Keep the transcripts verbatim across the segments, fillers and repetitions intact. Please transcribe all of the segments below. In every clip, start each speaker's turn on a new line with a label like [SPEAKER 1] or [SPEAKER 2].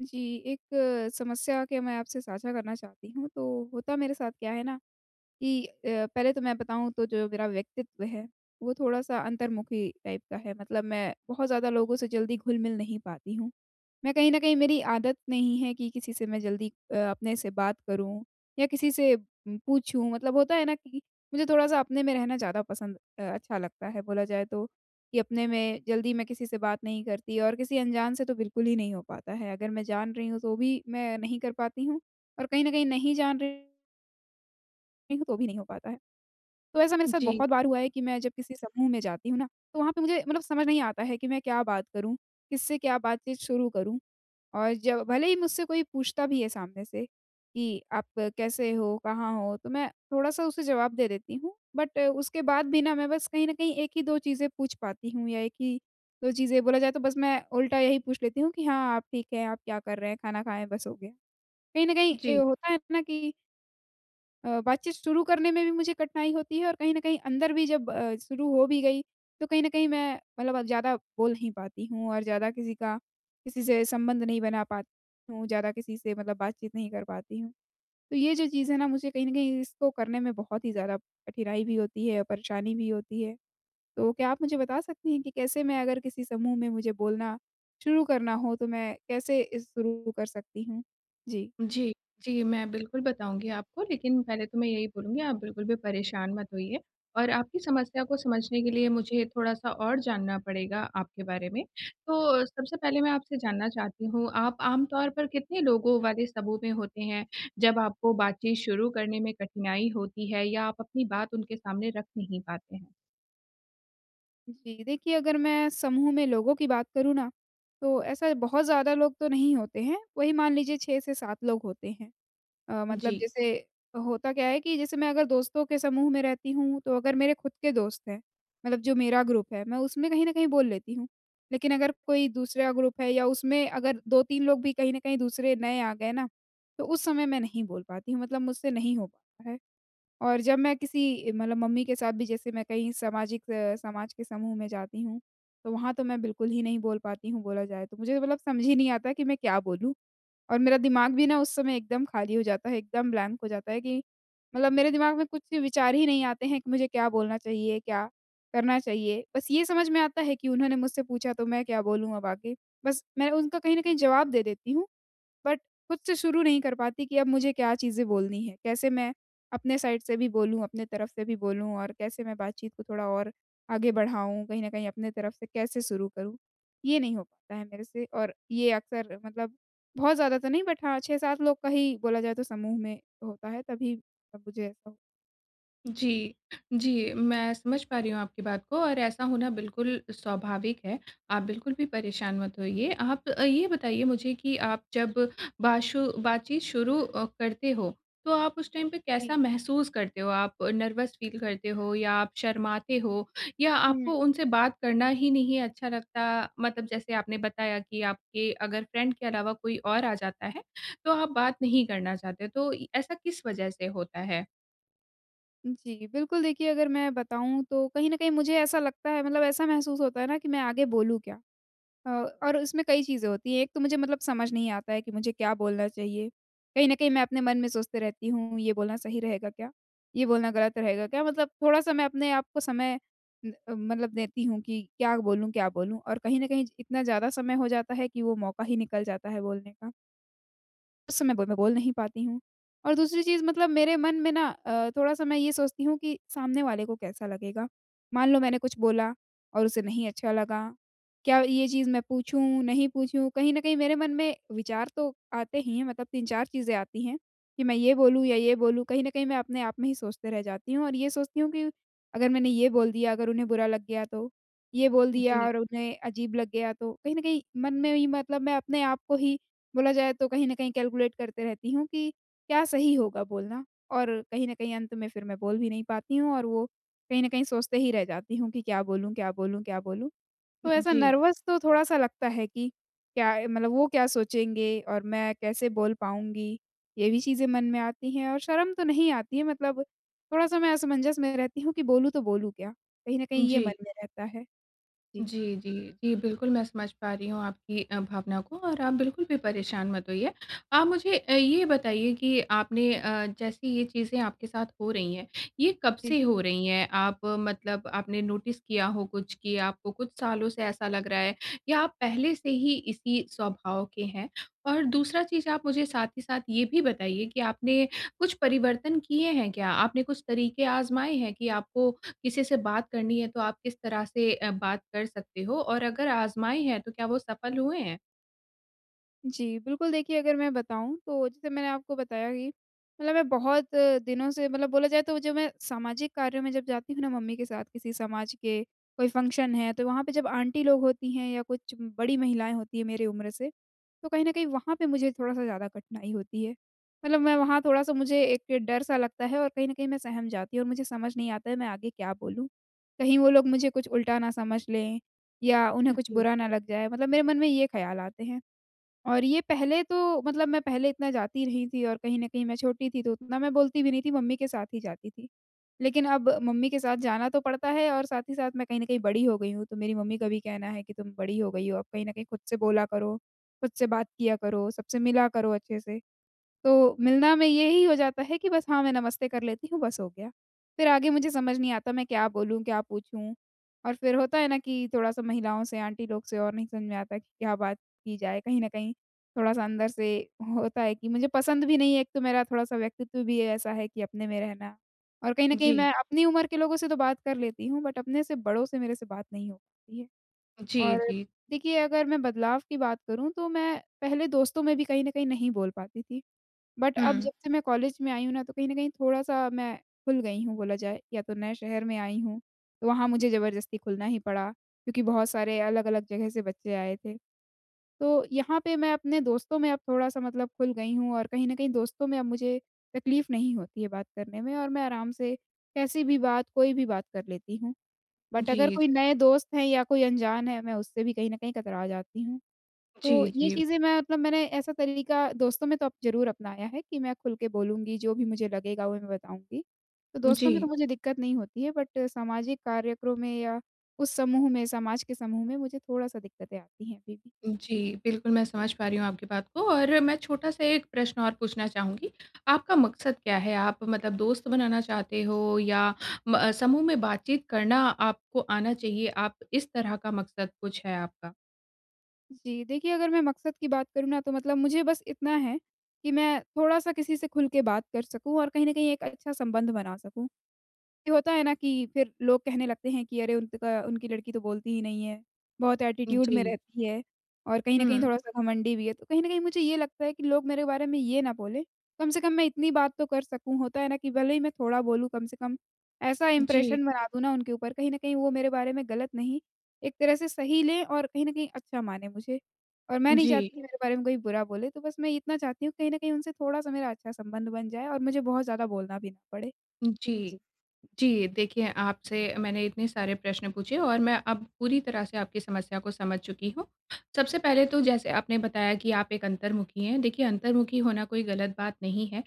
[SPEAKER 1] जी, एक अ, समस्या के मैं आपसे साझा करना चाहती हूँ। तो होता मेरे साथ क्या है ना, कि अ, पहले तो मैं बताऊँ तो जो मेरा व्यक्तित्व है, वो थोड़ा-सा अंतर्मुखी टाइप का है। मतलब मैं बहुत ज़्यादा लोगों से जल्दी घुल-मिल नहीं पाती हूँ। मैं कहीं न कहीं मेरी आदत नहीं है कि किसी से मैं जल्दी अ, अपने से बात करूँ या किसी से उम, पूछूँ। मतलब होता है ना कि मुझे थोड़ा-सा अपने में रहना ज़्यादा पसंद अ, अच्छा लगता है बोला जाए तो, कि अपने में जल्दी मैं किसी से बात नहीं करती और किसी अनजान से तो बिल्कुल ही नहीं हो पाता है। अगर मैं जान रही हूँ तो भी मैं नहीं कर पाती हूँ, और कहीं न कहीं नहीं जान रही हूँ तो भी नहीं हो पाता है। तो ऐसा मेरे साथ
[SPEAKER 2] जी,
[SPEAKER 1] बहुत बार हुआ है कि मैं जब किसी समूह में जाती हूँ ना, तो वहाँ पे मुझे मतलब समझ नहीं आता है कि मैं क्या बात करूँ? किससे क्या बातचीत शुरू करूँ? और जब भले ही मुझसे कोई पूछता भी है सामने से कि आप कैसे हो? कहाँ हो? तो मैं थोड़ा-सा उसे जवाब दे देती हूँ, बट उसके बाद भी ना मैं बस कहीं न कहीं एक ही दो चीज़ें पूछ पाती हूँ या एक ही दो चीज़ें बोला जाए तो बस मैं उल्टा यही पूछ लेती हूँ कि हाँ, आप ठीक हैं? आप क्या कर रहे हैं? खाना खाएँ? बस हो गया। कहीं न कहीं ए,
[SPEAKER 2] जी,
[SPEAKER 1] होता है ना कि अ, बातचीत शुरू करने में भी मुझे कठिनाई होती है, और कहीं न कहीं अंदर भी जब अ, शुरू हो भी गई, तो कहीं न कहीं मैं मतलब अब ज़्यादा बोल नहीं पाती हूँ और ज़्यादा किसी का किसी से संबंध नहीं बना पाती हूँ, ज़्यादा किसी से मतलब बातचीत नहीं कर पाती हूँ। तो ये जो चीज़ है ना मुझे कहीं न कहीं इसको करने में बहुत ही ज़्यादा कठिनाई भी होती है, और परेशानी भी होती है। तो क्या आप मुझे बता सकती हैं कि कैसे मैं अगर किसी समूह में मुझे बोलना शुरू करना हो, तो मैं कैसे इस शुरू कर सकती हूँ? जी।
[SPEAKER 2] जी, जी, मैं बिल्कुल बताऊँगी आपको, लेकिन पहले तो मैं यही बोलूँगी आप बिल्कुल भी परेशान मत होइए और आपकी समस्या को समझने के लिए मुझे थोड़ा-सा और जानना पड़ेगा आपके बारे में। तो सबसे पहले मैं आपसे जानना चाहती हूँ, आप आम तौर पर कितने लोगों वाले समूह में होते हैं, जब आपको बातचीत शुरू करने में कठिनाई होती है या आप अपनी बात उनके सामने रख नहीं पाते हैं?
[SPEAKER 1] जी, देखिए अगर मैं समूह में लोगों की बात करूँ ना, तो ऐसा बहुत ज़्यादा लोग तो नहीं होते हैं, वही मान लीजिए छह से सात लोग होते हैं। अ, मतलब
[SPEAKER 2] जी।
[SPEAKER 1] जैसे होता क्या है कि जैसे मैं अगर दोस्तों के समूह में रहती हूँ, तो अगर मेरे खुद के दोस्त हैं, मतलब जो मेरा ग्रुप है, मैं उसमें कहीं न कहीं बोल लेती हूँ। लेकिन अगर कोई दूसरा ग्रुप है या उसमें अगर दो तीन लोग भी कहीं न कहीं दूसरे नए आ गए ना, तो उस समय मैं नहीं बोल पाती हूँ, मतलब मुझसे नहीं हो पाता है। और जब मैं किसी मतलब मम्मी के साथ भी जैसे मैं कहीं सामाजिक अ, समाज के समूह में जाती हूँ, तो वहाँ तो मैं बिल्कुल ही नहीं बोल पाती हूँ बोला जाए तो। मुझे तो मतलब समझ ही नहीं आता कि मैं क्या बोलूँ? और मेरा दिमाग भी ना उस समय एकदम खाली हो जाता है, एकदम ब्लैंक हो जाता है कि मतलब मेरे दिमाग में कुछ विचार ही नहीं आते हैं कि मुझे क्या बोलना चाहिए, क्या करना चाहिए। बस ये समझ में आता है कि उन्होंने मुझसे पूछा तो मैं क्या बोलूँ अब आगे? बस मैं उनका कहीं न कहीं जवाब दे देती हूँ। बट खुद से शुरू नहीं कर पाती कि अब मुझे क्या चीज़ें बोलनी है, कैसे मैं अपने साइड से भी बोलूँ, अपने तरफ से भी बोलूँ और कैसे मैं बातचीत को थोड़ा और आगे बढ़ाऊँ, कहीं न कहीं अपने तरफ से कैसे शुरू करूँ? ये नहीं हो पाता है मेरे से, और ये अक्सर मतलब बहुत ज़्यादा तो नहीं बट हाँ, छह सात लोग का ही बोला जाए तो समूह में होता है तभी तब मुझे ऐसा हो।
[SPEAKER 2] जी, जी, मैं समझ पा रही हूँ आपकी बात को और ऐसा होना बिल्कुल स्वाभाविक है। आप बिल्कुल भी परेशान मत होइए। आप अ, ये बताइए मुझे कि आप जब बाशु बातचीत शुरू अ, करते हो, तो आप उस टाइम पे
[SPEAKER 1] जी।
[SPEAKER 2] कैसा महसूस करते हो? आप नर्वस फ़ील करते हो या आप शर्माते हो या
[SPEAKER 1] हुँ।
[SPEAKER 2] आपको उनसे बात करना ही नहीं अच्छा लगता? मतलब जैसे आपने बताया कि आपके अगर फ्रेंड के अलावा कोई और आ जाता है, तो आप बात नहीं करना चाहते। तो इ ऐसा किस वज़ह से होता है?
[SPEAKER 1] जी, बिल्कुल देखिए अगर मैं बताऊँ तो कहीं न कहीं मुझे ऐसा लगता है मतलब ऐसा महसूस होता है ना कि मैं आगे बोलूँ क्या? अ, और उसमें कई चीज़ें होती हैं। एक तो मुझे मतलब समझ नहीं आता है कि मुझे क्या बोलना चाहिए? कहीं न कहीं मैं अपने मन में सोचते रहती हूँ, ये बोलना सही रहेगा क्या? ये बोलना गलत रहेगा क्या? मतलब थोड़ा-सा मैं अपने आप को समय न अ, मतलब देती हूँ कि क्या बोलूँ, क्या बोलूँ? और कहीं न कहीं ज इतना ज़्यादा समय हो जाता है कि वो मौका ही निकल जाता है बोलने का। उस समय ब मैं बोल नहीं पाती हूँ। और दूसरी चीज़ मतलब मेरे मन में ना अ, थोड़ा-सा मैं ये सोचती हूँ कि सामने वाले को कैसा लगेगा? मान लो मैंने कुछ बोला और उसे नहीं अच्छा लगा, क्या ये चीज़ मैं पूछूँ, नहीं पूछूँ? कहीं न कहीं मेरे मन में विचार तो आते ही हैं मतलब तीन चार चीज़ें आती हैं कि मैं ये बोलूँ या ये बोलूँ। कहीं न कहीं मैं अपने आप में ही सोचते रह जाती हूँ और ये सोचती हूँ कि अगर मैंने ये बोल दिया, अगर उन्हें बुरा लग गया तो? ये बोल दिया
[SPEAKER 2] जी।
[SPEAKER 1] और उन्हें अजीब लग गया तो? कहीं न कहीं मन में ही मतलब मैं अपने आप को ही बोला जाए तो कहीं न कहीं कैलकुलेट करते रहती हूँ कि क्या सही होगा बोलना, और कहीं न कहीं अंत में फिर मैं बोल भी नहीं पाती हूँ और वो कहीं न कहीं सोचते ही रह जाती हूँ कि क्या बोलूँ, क्या बोलूँ, क्या बोलूँ? तो ऐसा
[SPEAKER 2] जी,
[SPEAKER 1] नर्वस तो थोड़ा-सा लगता है कि क्या मतलब वो क्या सोचेंगे और मैं कैसे बोल पाऊँगी? ये भी चीज़ें मन में आती हैं, और शर्म तो नहीं आती है मतलब थोड़ा-सा मैं असमंजस में रहती हूँ कि बोलूँ तो बोलूँ क्या? कहीं न कहीं ये
[SPEAKER 2] जी।
[SPEAKER 1] मन में रहता है। जी।
[SPEAKER 2] जी, जी, जी, बिल्कुल मैं समझ पा रही हूँ आपकी अ, भावना को और आप बिल्कुल भी परेशान मत होइए। आप मुझे अ, ये बताइए कि आपने अ, जैसे ये चीज़ें आपके साथ हो रही हैं, ये कब से
[SPEAKER 1] जी
[SPEAKER 2] हो रही हैं? आप अ, मतलब आपने नोटिस किया हो कुछ कि आपको कुछ सालों से ऐसा लग रहा है या आप पहले से ही इसी स्वभाव के हैं? और दूसरा चीज़ आप मुझे साथ ही साथ ये भी बताइए कि आपने कुछ परिवर्तन किए हैं क्या? आपने कुछ तरीके आज़माए हैं कि आपको किसी से बात करनी है तो आप किस तरह से अ, बात कर सकते हो और अगर आज़माए हैं तो क्या वो सफल हुए हैं?
[SPEAKER 1] जी, बिल्कुल देखिए अगर मैं बताऊँ तो जैसे मैंने आपको बताया कि मतलब मैं बहुत अ, दिनों से मतलब बोला जाए तो जब मैं सामाजिक कार्यों में जब जाती हूँ ना मम्मी के साथ किसी समाज के कोई फ़ंक्शन है तो वहाँ पे जब आंटी लोग होती हैं या कुछ बड़ी महिलाएँ होती हैं मेरी उम्र से, तो कहीं न कहीं वहाँ पे मुझे थोड़ा-सा ज़्यादा कठिनाई होती है। मतलब मैं वहाँ थोड़ा-सा मुझे एक डर सा लगता है और कहीं न कहीं मैं सहम जाती हूँ और मुझे समझ नहीं आता है मैं आगे क्या बोलूँ? कहीं वो लोग मुझे कुछ उल्टा ना समझ लें या उन्हें कुछ
[SPEAKER 2] जी।
[SPEAKER 1] बुरा ना लग जाए मतलब मेरे मन में ये ख़्याल आते हैं। और ये पहले तो मतलब मैं पहले इतना जाती नहीं थी, और कहीं न कहीं मैं छोटी थी तो उतना मैं बोलती भी नहीं थी, मम्मी के साथ ही जाती थी। लेकिन अब मम्मी के साथ जाना तो पड़ता है और साथ ही साथ मैं कहीं न कहीं बड़ी हो गई हूँ, तो मेरी मम्मी का भी कहना है कि तुम बड़ी हो गई हो, अब कहीं न कहीं खुद से बोला करो, खुद से बात किया करो, सबसे मिला करो अच्छे से। तो मिलना में यही हो जाता है कि बस हाँ, मैं नमस्ते कर लेती हूँ, बस हो गया। फिर आगे मुझे समझ नहीं आता मैं क्या बोलूँ, क्या पूछूँ? और फिर होता है ना कि थोड़ा-सा महिलाओं से, आंटी लोग से और नहीं समझ में आता कि क्या बात की जाए। कहीं न कहीं थोड़ा-सा अंदर से होता है कि मुझे पसंद भी नहीं है, एक तो मेरा थोड़ा-सा व्यक्तित्व भी ऐसा है कि अपने में रहना, और कहीं न कहीं मैं
[SPEAKER 2] जी,
[SPEAKER 1] अपनी उम्र के लोगों से तो बात कर लेती हूँ, बट अपने से बड़ों से मेरे से बात नहीं हो पाती है।
[SPEAKER 2] जी,
[SPEAKER 1] और
[SPEAKER 2] जी।
[SPEAKER 1] देखिए, अगर मैं बदलाव की बात करूँ, तो मैं पहले दोस्तों में भी कहीं न कहीं नहीं बोल पाती थी। बट अब
[SPEAKER 2] हुँ,
[SPEAKER 1] जब से मैं कॉलेज में आई हूँ ना, तो कहीं न कहीं थोड़ा-सा मैं खुल गई हूँ बोला जाए, या तो नए शहर में आई हूँ, तो वहाँ मुझे ज़बरदस्ती खुलना ही पड़ा, क्योंकि बहुत सारे अलग-अलग जगह से बच्चे आए थे। तो यहाँ पे मैं अपने दोस्तों में अब थोड़ा-सा मतलब खुल गई हूँ और कहीं न कहीं दोस्तों में अब मुझे तकलीफ़ नहीं होती है बात करने में, और मैं आराम से कैसी भी बात, कोई भी बात कर लेती हूँ। बट
[SPEAKER 2] जी,
[SPEAKER 1] अगर
[SPEAKER 2] जी।
[SPEAKER 1] कोई नए दोस्त हैं या कोई अनजान है, मैं उससे भी कहीं न कहीं कतरा जाती हूँ।
[SPEAKER 2] जी,
[SPEAKER 1] तो ये
[SPEAKER 2] जी।
[SPEAKER 1] चीज़ें मैं मतलब मैंने ऐसा तरीका दोस्तों में तो अब ज़रूर अपनाया है कि मैं खुल के बोलूँगी, जो भी मुझे लगेगा वो मैं बताऊँगी। तो दोस्तों में तो
[SPEAKER 2] जी,
[SPEAKER 1] मुझे दिक्कत नहीं होती है बट सामाजिक कार्यक्रम में या उस समूह में, समाज के समूह में मुझे थोड़ा-सा दिक्कतें आती हैं अभी भी।
[SPEAKER 2] जी, बिल्कुल मैं समझ पा रही हूँ आपकी बात को और मैं छोटा-सा एक प्रश्न और पूछना चाहूँगी। आपका मकसद क्या है? आप मतलब दोस्त बनाना चाहते हो या म अ, समूह में बातचीत करना आपको आना चाहिए, आप इस तरह का मकसद कुछ है आपका?
[SPEAKER 1] जी, देखिए अगर मैं मकसद की बात करूँ ना तो मतलब मुझे बस इतना है कि मैं थोड़ा-सा किसी से खुल के बात कर सकूँ और कहीं न कहीं एक अच्छा संबंध बना सकूँ। ये होता है ना कि फिर लोग कहने लगते हैं कि अरे उनका उनकी लड़की तो बोलती ही नहीं है, बहुत एटीट्यूड में
[SPEAKER 2] जी।
[SPEAKER 1] रहती है और कहीं न कहीं
[SPEAKER 2] हुँ।
[SPEAKER 1] थोड़ा-सा घमंडी भी है। तो कहीं न कहीं मुझे ये लगता है कि लोग मेरे बारे में ये ना बोलें, कम से कम मैं इतनी बात तो कर सकूँ। होता है ना कि भले ही मैं थोड़ा बोलूँ, कम से कम ऐसा
[SPEAKER 2] जी,
[SPEAKER 1] इंप्रेशन बना दूँ ना उनके ऊपर, कहीं न कहीं वो मेरे बारे में गलत नहीं, एक तरह से सही लें और कहीं न कहीं अच्छा माने मुझे। और मैं नहीं
[SPEAKER 2] जी,
[SPEAKER 1] चाहती कि मेरे बारे में कोई बुरा बोले, तो बस मैं इतना चाहती हूँ कहीं न कहीं उनसे थोड़ा-सा मेरा अच्छा संबंध बन जाए और मुझे बहुत ज़्यादा बोलना भी ना पड़े।
[SPEAKER 2] जी।
[SPEAKER 1] जी।
[SPEAKER 2] जी, देखिए आपसे मैंने इतने सारे प्रश्न पूछे और मैं अब पूरी तरह से आपकी समस्या को समझ चुकी हूँ। सबसे पहले तो जैसे आपने बताया कि आप एक अंतर्मुखी हैं। देखिए अंतर्मुखी होना कोई गलत बात नहीं है।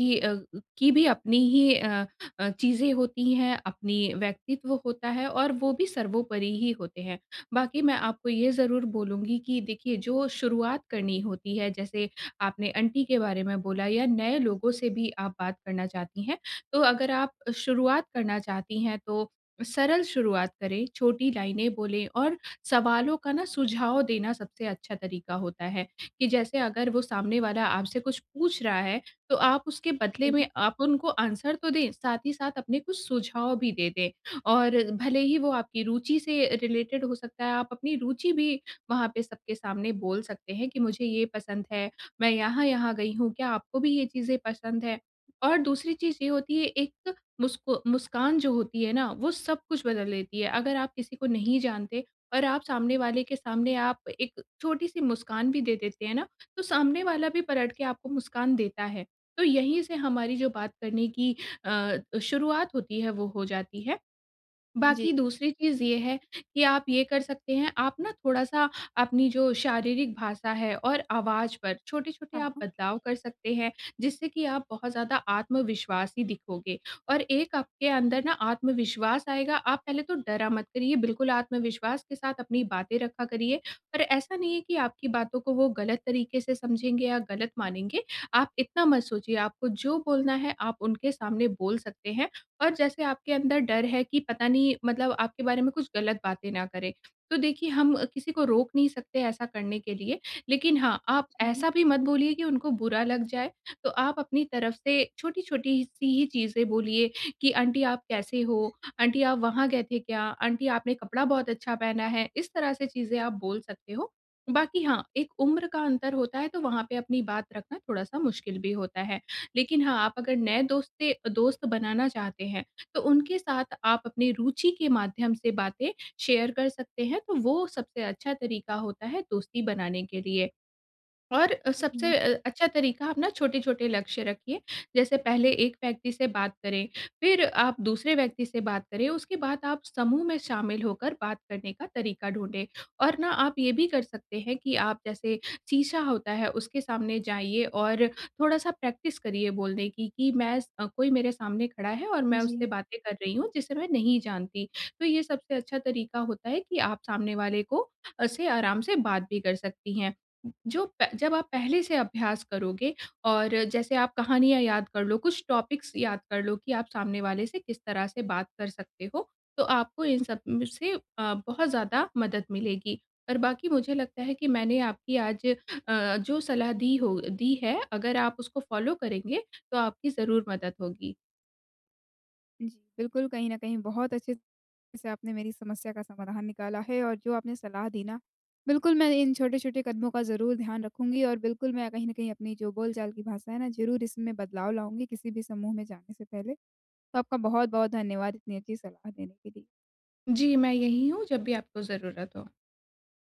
[SPEAKER 1] जी,
[SPEAKER 2] अ, की भी अपनी ही अ अ, चीज़ें होती हैं, अपनी व्यक्तित्व होता है और वो भी सर्वोपरि ही होते हैं। बाकी मैं आपको ये ज़रूर बोलूँगी कि देखिए जो शुरुआत करनी होती है, जैसे आपने आंटी के बारे में बोला या नए लोगों से भी आप बात करना चाहती हैं, तो अगर आप शुरुआत करना चाहती हैं तो सरल शुरुआत करें, छोटी लाइनें बोलें और सवालों का ना सुझाव देना सबसे अच्छा तरीका होता है, कि जैसे अगर वो सामने वाला आपसे कुछ पूछ रहा है, तो आप उसके बदले
[SPEAKER 1] जी।
[SPEAKER 2] में आप उनको आंसर तो दें, साथ ही साथ अपने कुछ सुझाव भी दे दें और भले ही वो आपकी रुचि से रिलेटेड हो सकता है, आप अपनी रुचि भी वहाँ पे सबके सामने बोल सकते हैं कि मुझे ये पसंद है, मैं यहाँ-यहाँ गई हूँ, क्या आपको भी ये चीज़ें पसंद है? और दूसरी चीज़ ये होती है एक मुस्कु मुस्कान जो होती है ना, वो सब कुछ बदल देती है। अगर आप किसी को नहीं जानते और आप सामने वाले के सामने आप एक छोटी-सी मुस्कान भी दे देते हैं ना, तो सामने वाला भी पलट के आपको मुस्कान देता है। तो यहीं से हमारी जो बात करने की अ, शुरुआत होती है वो हो जाती है।
[SPEAKER 1] जी,
[SPEAKER 2] बाकी दूसरी चीज़ ये है कि आप ये कर सकते हैं, आप ना थोड़ा-सा अपनी जो शारीरिक भाषा है और आवाज़ पर छोटे-छोटे आप
[SPEAKER 1] हाँ।
[SPEAKER 2] बदलाव कर सकते हैं, जिससे कि आप बहुत ज़्यादा आत्मविश्वासी दिखोगे और एक आपके अंदर ना आत्मविश्वास आएगा। आप पहले तो डरा मत करिए, बिल्कुल आत्मविश्वास के साथ अपनी बातें रखा करिए और ऐसा नहीं है कि आपकी बातों को वो गलत तरीके से समझेंगे या गलत मानेंगे। आप इतना मत सोचिए, आपको जो बोलना है, आप उनके सामने बोल सकते हैं और जैसे आपके अंदर डर है कि पता नहीं मतलब आपके बारे में कुछ गलत बातें ना करें। तो देखिए हम किसी को रोक नहीं सकते ऐसा करने के लिए, लेकिन हाँ, आप
[SPEAKER 1] जी,
[SPEAKER 2] ऐसा भी मत बोलिए कि उनको बुरा लग जाए। तो आप अपनी तरफ से छोटी-छोटी सी ही चीज़ें बोलिए कि आंटी आप कैसे हो? आंटी आप वहाँ गए थे क्या? आंटी आपने कपड़ा बहुत अच्छा पहना है। इस तरह से चीज़ें आप बोल सकते हो। बाकी हाँ, एक उम्र का अंतर होता है तो वहाँ पे अपनी बात रखना थोड़ा-सा मुश्किल भी होता है। लेकिन हाँ, आप अगर नए दोस्ते दोस्त बनाना चाहते हैं, तो उनके साथ आप अपनी रुचि के माध्यम से बातें शेयर कर सकते हैं, तो वो सबसे अच्छा तरीका होता है दोस्ती बनाने के लिए। और अ,
[SPEAKER 1] जी,
[SPEAKER 2] सबसे अ, अच्छा तरीका आप ना छोटे-छोटे लक्ष्य रखिए। जैसे पहले एक व्यक्ति से बात करें, फिर आप दूसरे व्यक्ति से बात करें, उसके बाद आप समूह में शामिल होकर बात करने का तरीका ढूँढें। और ना आप ये भी कर सकते हैं कि आप जैसे शीशा होता है उसके सामने जाइए और थोड़ा-सा प्रैक्टिस करिए बोलने की कि मैं स अ, कोई मेरे सामने खड़ा है और मैं उससे
[SPEAKER 1] जी,
[SPEAKER 2] बातें कर रही हूँ जिसे मैं नहीं जानती। तो ये सबसे अच्छा तरीका होता है कि आप सामने वाले को अ, से आराम से बात भी कर सकती हैं। जो प जब आप पहले से अभ्यास करोगे और जैसे आप कहानियाँ याद कर लो, कुछ टॉपिक्स याद कर लो कि आप सामने वाले से किस तरह से बात कर सकते हो, तो आपको इन सब में से अ, बहुत ज़्यादा मदद मिलेगी। और बाकी मुझे लगता है कि मैंने आपकी आज अ, जो सलाह दी हो दी है, अगर आप उसको फ़ॉलो करेंगे, तो आपकी ज़रूर मदद होगी।
[SPEAKER 1] जी। बिल्कुल, कहीं न कहीं बहुत अच्छे से आपने मेरी समस्या का समाधान निकाला है, और जो आपने सलाह दी ना, बिल्कुल मैं इन छोटे-छोटे कदमों का ज़रूर ध्यान रखूँगी और बिल्कुल मैं कहीं न कहीं अपनी जो बोलचाल की भाषा है ना, ज़रूर इसमें बदलाव लाऊँगी किसी भी समूह में जाने से पहले। तो आपका बहुत-बहुत धन्यवाद इतनी अच्छी सलाह देने के लिए।
[SPEAKER 2] जी, मैं यहीं हूँ जब भी आपको ज़रूरत हो।